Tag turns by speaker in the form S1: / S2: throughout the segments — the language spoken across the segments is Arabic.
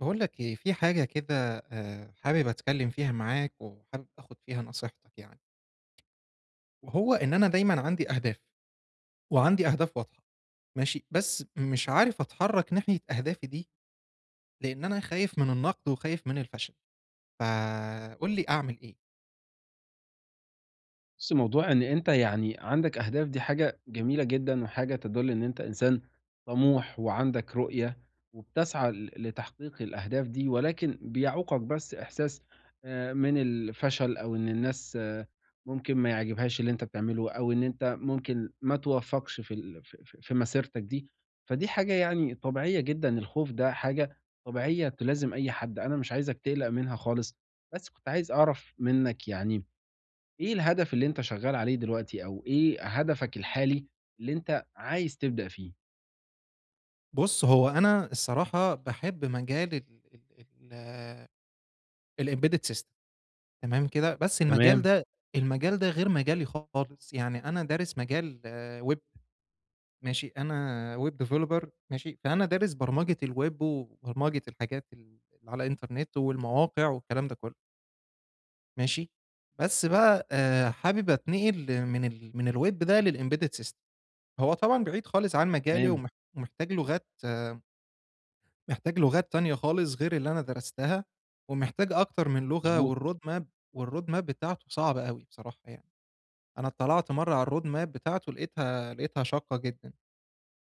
S1: باقول لك إيه، في حاجة كده حابب أتكلّم فيها معاك وحابب آخُد فيها نصيحتك يعني، وهو إن أنا دايمًا عندي أهداف، وعندي أهداف واضحة. ماشي، بس مش عارف أتحرّك ناحية أهدافي دي، لإن أنا خايف من النقد وخايف من الفشل، فقُل لي أعمل إيه؟
S2: بُص، موضوع إن أنت يعني عندك أهداف دي حاجة جميلة جدًا، وحاجة تدل إن أنت إنسان طموح وعندك رؤية، وبتسعى لتحقيق الأهداف دي، ولكن بيعوقك بس إحساس من الفشل أو إن الناس آه، ممكن ما يعجبهاش اللي أنت بتعمله، أو إن أنت ممكن ما توفقش في ال في في في مسيرتك دي، فدي حاجة يعني طبيعية جدًا، الخوف ده حاجة طبيعية تلازم أي حد، أنا مش عايزك تقلق منها خالص، بس كنت عايز أعرف منك يعني إيه الهدف اللي أنت شغال عليه دلوقتي، أو إيه هدفك الحالي اللي أنت عايز تبدأ فيه؟
S1: بُص، هو أنا الصراحة باحب مجال ال ال ال الembedded system. تمام كده، بس المجال
S2: تمام،
S1: ده المجال ده غير مجالي خالص، يعني أنا دارس مجال web. ماشي، أنا web developer، ماشي، فأنا دارس برمجة الweb وبرمجة الحاجات اللي على الإنترنت والمواقع والكلام ده كلّه، ماشي، بس بقى حابب أتنقل من الweb ده للembedded system. هو طبعًا بعيد خالص عن مجالي،
S2: تمام،
S1: ومحتاج لغات تانية خالص غير اللي أنا درستها، ومحتاج أكتر من لغة،
S2: مضبوط،
S1: والroad map بتاعته صعبة أوي بصراحة يعني، أنا اتطلعت مرّة على الroad map بتاعته لقيتها شاقة جدًا.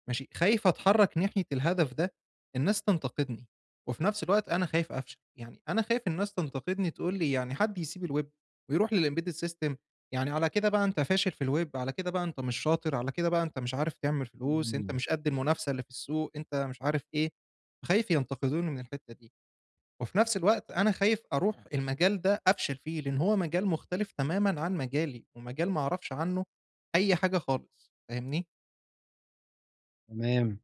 S1: ماشي، خايف أتحرّك ناحية الهدف ده، الناس تنتقدني، وفي نفس الوقت أنا خايف أفشل، يعني أنا خايف الناس تنتقدني تقول لي، يعني حد يسيب الweb ويروح للembedded system، يعني على كده بقى أنت فاشل في الweb، على كده بقى أنت مش شاطر، على كده بقى أنت مش عارف تعمل فلوس، أنت
S2: إمم،
S1: مش قد المنافسة اللي في السوق، أنت مش عارف إيه، خايف ينتقدوني من الحتّة دي، وفي نفس الوقت أنا خايف أروح المجال ده أفشل فيه، لإن هو مجال مختلف تمامًا عن مجالي، ومجال ما أعرفش عنه أي حاجة خالص، فاهمني؟
S2: تمام.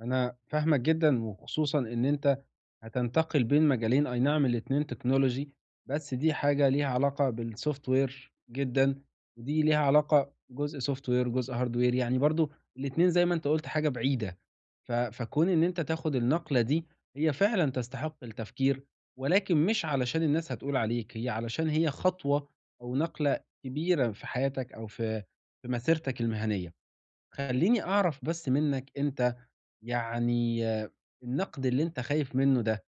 S2: أنا فاهمك جدًا، وخصوصًا إن أنت هتنتقل بين مجالين، أي نعم الاتنين technology، بس دي حاجة ليها علاقة بالsoftware جدًا، ودي ليها علاقة جزء software جزء hardware يعني برضه الاتنين زي ما أنت قُلت حاجة بعيدة. فكون إن أنت تاخد النقلة دي، هي فعلًا تستحق التفكير، ولكن مش علشان الناس هتقول عليك، هي علشان هي خطوة أو نقلة كبيرة في حياتك أو في في مسيرتك المهنية. خلّيني أعرف بس منّك أنت يعني آه، النقد اللي أنت خايف منه ده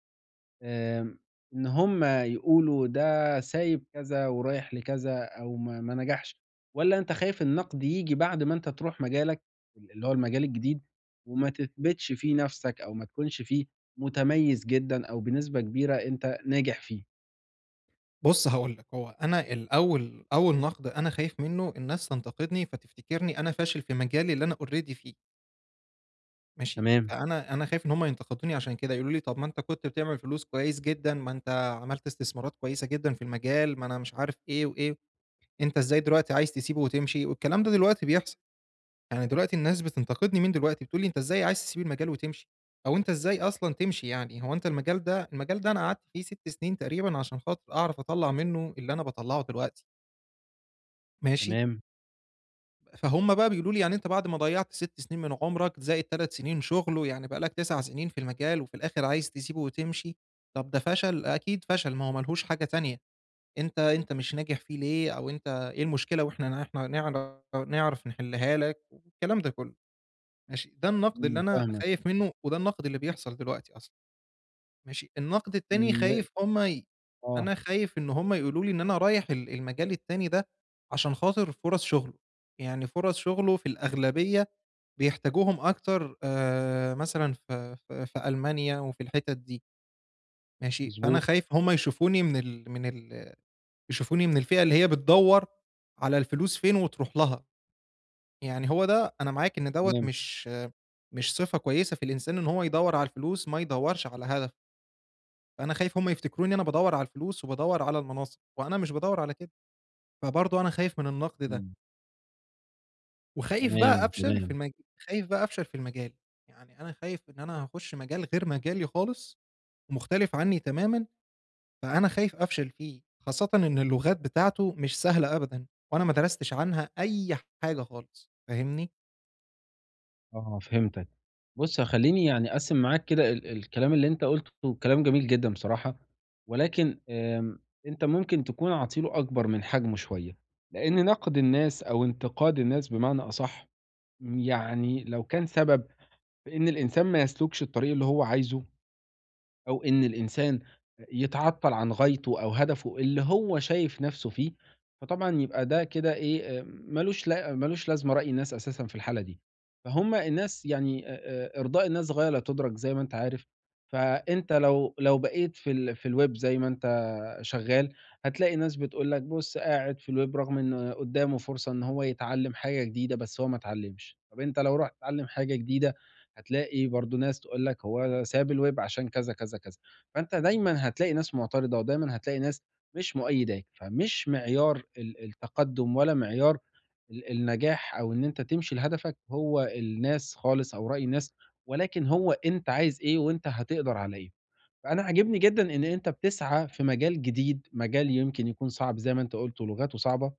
S2: آمم، إن هُم يقولوا ده سايب كذا ورايح لكذا أو ما نجحش، والّا أنت خايف النقد ييجي بعد ما أنت تروح مجالك اللي هو المجال الجديد، وما تثبتش فيه نَفْسك أو ما تكونش فيه متميز جدًا أو بنسبة كبيرة أنت ناجح فيه؟
S1: بُص هاقول لك، هو أنا الأول، أول نقد أنا خايف منّه الناس تنتقدني فتفتكرني أنا فاشل في مجالي اللي أنا already فيه، ماشي،
S2: تمام،
S1: فأنا خايف إن هُم ينتقدوني عشان كده، يقولوا لي: "طب ما أنت كنت بتعمل فلوس كويس جدًا، ما أنت عملت استثمارات كويسة جدًا في المجال، ما أنا مش عارف إيه وإيه، أنت إزاي دلوقتي عايز تسيبه وتمشي؟" والكلام ده دلوقتي بيحصل، يعني دلوقتي الناس بتنتقدني من دلوقتي، بتقول لي: "أنت إزاي عايز تسيب المجال وتمشي؟ أو أنت إزاي أصلًا تمشي، يعني هو أنت المجال ده أنا قعدت فيه 6 سنين تقريبًا عشان خاطر أعرف أطلّع منّه اللي أنا باطلّعه دلوقتي." ماشي،
S2: تمام،
S1: فهُم بقى بيقولوا لي يعني أنت بعد ما ضيّعت 6 سنين من عمرك زائد 3 سنين شغل، ويعني بقى لك 9 سنين في المجال وفي الآخر عايز تسيبه وتمشي، طب ده فشل، أكيد فشل، ما هو ما لهوش حاجة تانية، أنت مش ناجح فيه ليه؟ أو أنت إيه المشكلة وإحنا ن إحنا نعرف نحلها لك والكلام ده كله، ماشي، ده النقد اللي
S2: إمم،
S1: أنا
S2: فاهمك،
S1: خايف منه وده النقد اللي بيحصل دلوقتي أصلًا. ماشي، النقد التاني،
S2: إمم، لأ،
S1: خايف هُم ي
S2: آه،
S1: أنا خايف إن هُم يقولوا لي إن أنا رايح المجال التاني ده عشان خاطر فرص شغله، يعني فرص شغله في الأغلبية بيحتاجوهم أكتر، مثلًا في ألمانيا وفي الحتت دي، ماشي، فأنا
S2: مضبوط،
S1: خايف هُم يشوفوني من ال من ال يشوفوني من الفئة اللي هي بتدوّر على الفلوس فين وتروح لها، يعني هو ده، أنا معاك إن دوّة
S2: تمام،
S1: مش صفة كويسة في الإنسان إن هو يدوّر على الفلوس، ما يدوّرش على هدفه. فأنا خايف هم يفتكروني أنا بادوّر على الفلوس وبادوّر على المناصب، وأنا مش بادوّر على كده، فبرضه أنا خايف من النقد ده،
S2: إمم،
S1: وخايف بقى
S2: تمام،
S1: أفشل في
S2: تمام.
S1: المج خايف بقى أفشل في المجال، يعني أنا خايف إن أنا هاخُش مجال غير مجالي خالص ومختلف عني تمامًا، فأنا خايف أفشل فيه، خاصةً إن اللغات بتاعته مش سهلة أبدًا، وأنا ما درستش عنها أي حاجة خالص، فاهمني؟
S2: آه، فهمتك. بُص، خلّيني يعني أقسّم معاك كده ال الكلام اللي أنت قُلته كلام جميل جدًا بصراحة، ولكن آمم، أنت ممكن تكون عاطي له أكبر من حجمه شوية، لإن نقد الناس أو انتقاد الناس بمعنى أصح، يعني لو كان سبب في إن الإنسان ما يسلكش الطريق اللي هو عايزه أو إن الإنسان يتعطّل عن غايته أو هدفه اللي هو شايف نَفْسه فيه، فطبعًا يبقى ده كده إيه، ما لوش لا ما لوش لازمة رأي الناس أساسًا في الحالة دي، فهُم الناس يعني إرضاء الناس غاية لا تُدرَك زي ما أنت عارف، فأنت لو بقيت في الweb زي ما أنت شغّال، هتلاقي ناس بتقول لك بُص قاعد في الweb رغم إن قُدّامه فرصة إن هو يتعلّم حاجة جديدة بس هو ما اتعلّمش، طَب أنت لو رُحت تتعلّم حاجة جديدة هتلاقي برضه ناس تقول لك هو ساب الويب عشان كذا، كذا، كذا. فأنت دايمًا هتلاقي ناس معترضة، ودايمًا هتلاقي ناس مش مؤيداك، فمش معيار ال التقدُّم ولا معيار ال النجاح أو إن أنت تمشي لهدفك هو الناس خالص أو رأي الناس، ولكن هو أنت عايز إيه وأنت هتقدر على إيه. فأنا عاجبني جدًا إن أنت بتسعى في مجال جديد، مجال يمكن يكون صعب زي ما أنت قُلت ولغاته صعبة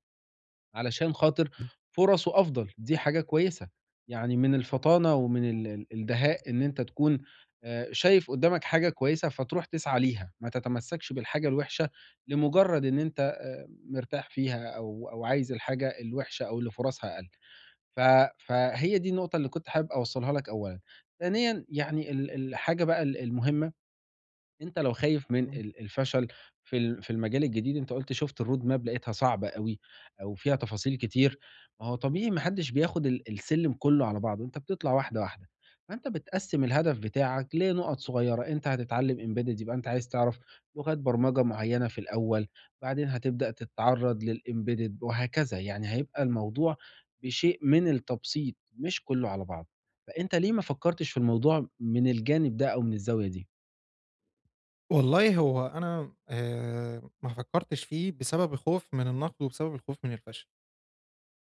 S2: علشان خاطر فرصه أفضل، دي حاجة كويسة، يعني من الفطانة ومن ال الدهاء إن أنت تكون شايف قدّامك حاجة كويسة فتروح تسعى ليها، ما تتمسكش بالحاجة الوحشة لمجرد إن أنت مرتاح فيها أو عايز الحاجة الوحشة أو اللي فرصها أقل، ف فهي دي النقطة اللي كنت حابب أوصّلها لك أولًا. ثانيًا يعني ال الحاجة بقى ال المهمة، أنت لو خايف من ال الفشل في المجال الجديد، أنت قُلت شُفت الroad map لقيتها صعبة أوي أو فيها تفاصيل كتير، ما هو طبيعي ما حدّش بياخد ال السلِّم كُلّه على بعضه، أنت بتطلع واحدة، واحدة. فأنت بتقسِّم الهدف بتاعك لنُقَط صغيّرة، أنت هتتعلِّم embedded يبقى أنت عايز تعرف لغات برمجة معيّنة في الأول، بعدين هتبدأ تتعرّض للembedded وهكذا، يعني هيبقى الموضوع بشيء من التبسيط مش كُلّه على بعضه. فأنت ليه ما فكّرتش في الموضوع من الجانب ده أو من الزاوية دي؟
S1: والله هو أنا ما فكّرتش فيه بسبب الخوف من النقد وبسبب الخوف من الفشل.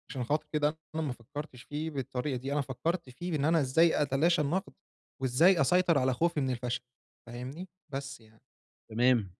S1: عشان خاطر كده أنا ما فكّرتش فيه بالطريقة دي، أنا فكّرت فيه بإن أنا إزاي أتلاشى النقد، وإزاي أسيطر على خوفي من الفشل، فاهمني؟ بس يعني.
S2: تمام.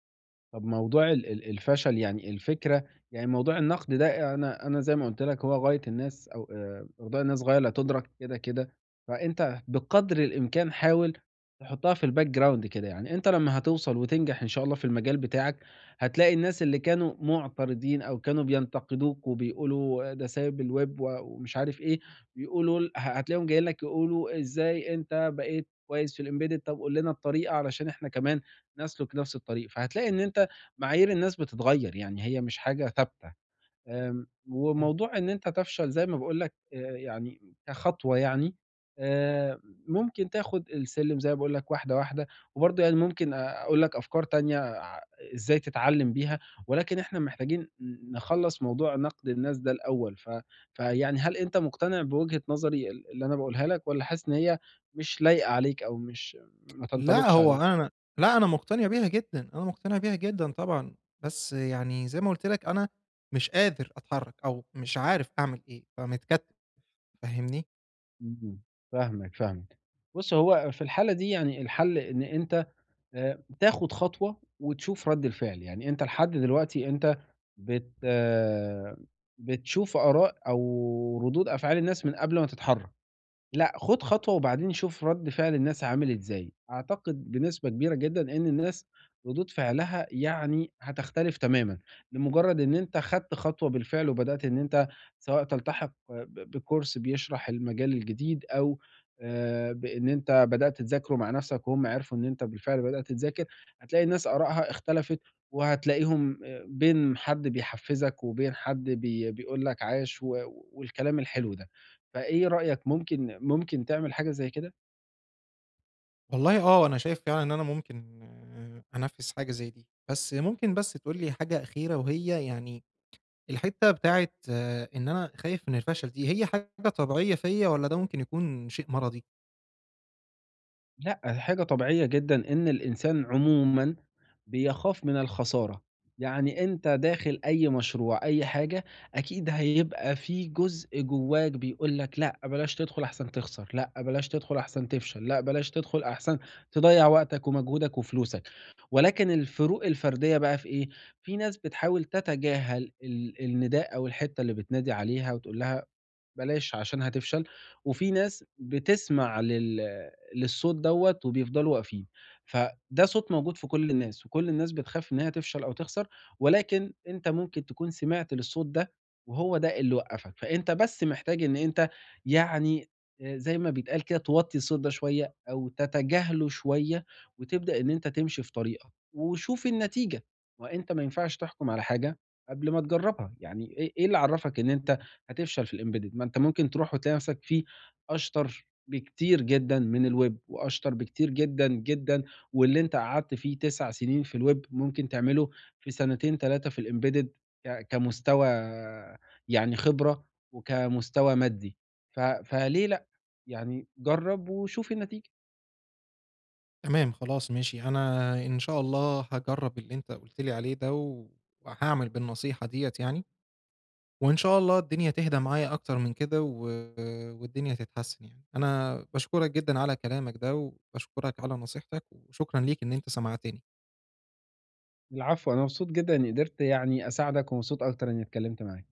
S2: طب موضوع ال الفشل يعني الفكرة، يعني موضوع النقد ده أنا زي ما قُلت لك هو غاية الناس أو "أخطاء الناس غاية لا تُدرك" كده، كده، فأنت بقدر الإمكان حاول تحطها في الback ground كده، يعني أنت لمّا هتوصل وتنجح إن شاء الله في المجال بتاعك، هتلاقي الناس اللي كانوا مُعترضين أو كانوا بينتقدوك وبيقولوا ده سايب الweb و ومش عارف إيه، بيقولوا ل ه هتلاقيهم جايين لك يقولوا إزاي أنت بقيت كويس في الembedded، طب قُل لنا الطريقة علشان إحنا كمان نسلك نفس الطريق، فهتلاقي إن أنت معايير الناس بتتغيّر، يعني هي مش حاجة ثابتة. آمم،
S1: إمم.
S2: وموضوع إن أنت تفشل زي ما باقول لك يعني كخطوة، يعني آآ، ممكن تاخد السلِّم زي ما باقول لك واحدة، واحدة، وبرضه يعني ممكن أقول لك أفكار تانية ع إزاي تتعلّم بيها، ولكن إحنا محتاجين نخلّص موضوع نقد الناس ده الأول. فيعني هل أنت مقتنع بوجهة نظري اللي أنا باقولها لك والّا حاسس إن هي مش لايقة عليك أو مش ما
S1: لأ،
S2: تنطبقش
S1: هو
S2: عليك؟
S1: أنا لأ، أنا مقتنع بيها جدًا، أنا مقتنع بيها جدًا طبعًا، بس يعني زي ما قُلت لك أنا مش قادر أتحرّك أو مش عارف أعمل إيه، فمتكتّف، فاهمني؟
S2: إمم، فاهمك، فاهمك. بُص، هو في الحالة دي يعني الحل إن أنت تاخد خطوة وتشوف رَد الفعل، يعني أنت لحد دلوقتي أنت بت بتشوف آراء أو ردود أفعال الناس من قبل ما تتحرك. لأ، خُد خطوة وبعدين شوف رَد فعل الناس عامل إزاي، أعتقد بنسبة كبيرة جدًا إن الناس ردود فعلها يعني هتختلف تمامًا، لمجرد إن أنت خدت خطوة بالفعل وبدأت إن أنت سواء تلتحق بكورس بيشرح المجال الجديد أو بإن أنت بدأت تذاكره مع نفسك وهُم عرفوا إن أنت بالفعل بدأت تذاكر، هتلاقي الناس آرائها اختلفت وهتلاقيهم بين حد بيحفّزك وبين حد بيقول لك عاش و والكلام الحلو ده. فإيه رأيك ممكن تعمل حاجة زي كده؟
S1: والله أنا شايف فعلًا إن أنا ممكن أنفّذ حاجة زي دي، بس ممكن بس تقول لي حاجة أخيرة وهي يعني الحتّة بتاعة، إن أنا خايف من الفشل دي، هي حاجة طبيعية فيّا والّا ده ممكن يكون شيء مرضي؟
S2: لأ، حاجة طبيعية جدًا إن الإنسان عمومًا بيخاف من الخسارة، يعني أنت داخل أي مشروع، أي حاجة، أكيد هيبقى في جزء جواك بيقول لك لأ، بلاش تدخل أحسن تخسر، لأ، بلاش تدخل أحسن تفشل، لأ، بلاش تدخل أحسن تضيّع وقتك ومجهودك وفلوسك، ولكن الفروق الفردية بقى في إيه؟ في ناس بتحاول تتجاهل ال النداء أو الحتّة اللي بتنادي عليها وتقول لها بلاش عشان هتفشل، وفي ناس بتسمع للصوت دوّة وبيفضلوا واقفين، فده صوت موجود في كل الناس، وكل الناس بتخاف إن هي تفشل أو تخسر، ولكن أنت ممكن تكون سمعت للصوت ده، وهو ده اللي وقّفك، فأنت بس محتاج إن أنت يعني زي ما بيتقال كده توطّي الصوت ده شوية، أو تتجاهله شوية، وتبدأ إن أنت تمشي في طريقك، وشوف النتيجة، ما أنت ما ينفعش تحكم على حاجة قبل ما تجربها، يعني إيه اللي عرّفك إن أنت هتفشل في الembedded، ما أنت ممكن تروح وتلاقي نفسك فيه أشطر بكتير جدًا من الweb وأشطر بكتير جدًا، جدًا، واللي أنت قعدت فيه 9 سنين في الweb ممكن تعمله في سنتين 3 في الembedded كمستوى يعني خبرة وكمستوى مادي، فليه لأ؟ يعني جرّب وشوف النتيجة.
S1: تمام خلاص ماشي، أنا إن شاء الله هاجرّب اللي أنت قُلت لي عليه ده وهاعمل بالنصيحة ديّة يعني، وإن شاء الله الدنيا تهدى معايا أكتر من كده والدنيا تتحسّن يعني. أنا باشكرك جدًا على كلامك ده وباشكرك على نصيحتك وشكرًا ليك إن أنت سمعتني.
S2: العفو، أنا مبسوط جدًا إني قدرت يعني أساعدك ومبسوط أكتر إني اتكلمت معاك.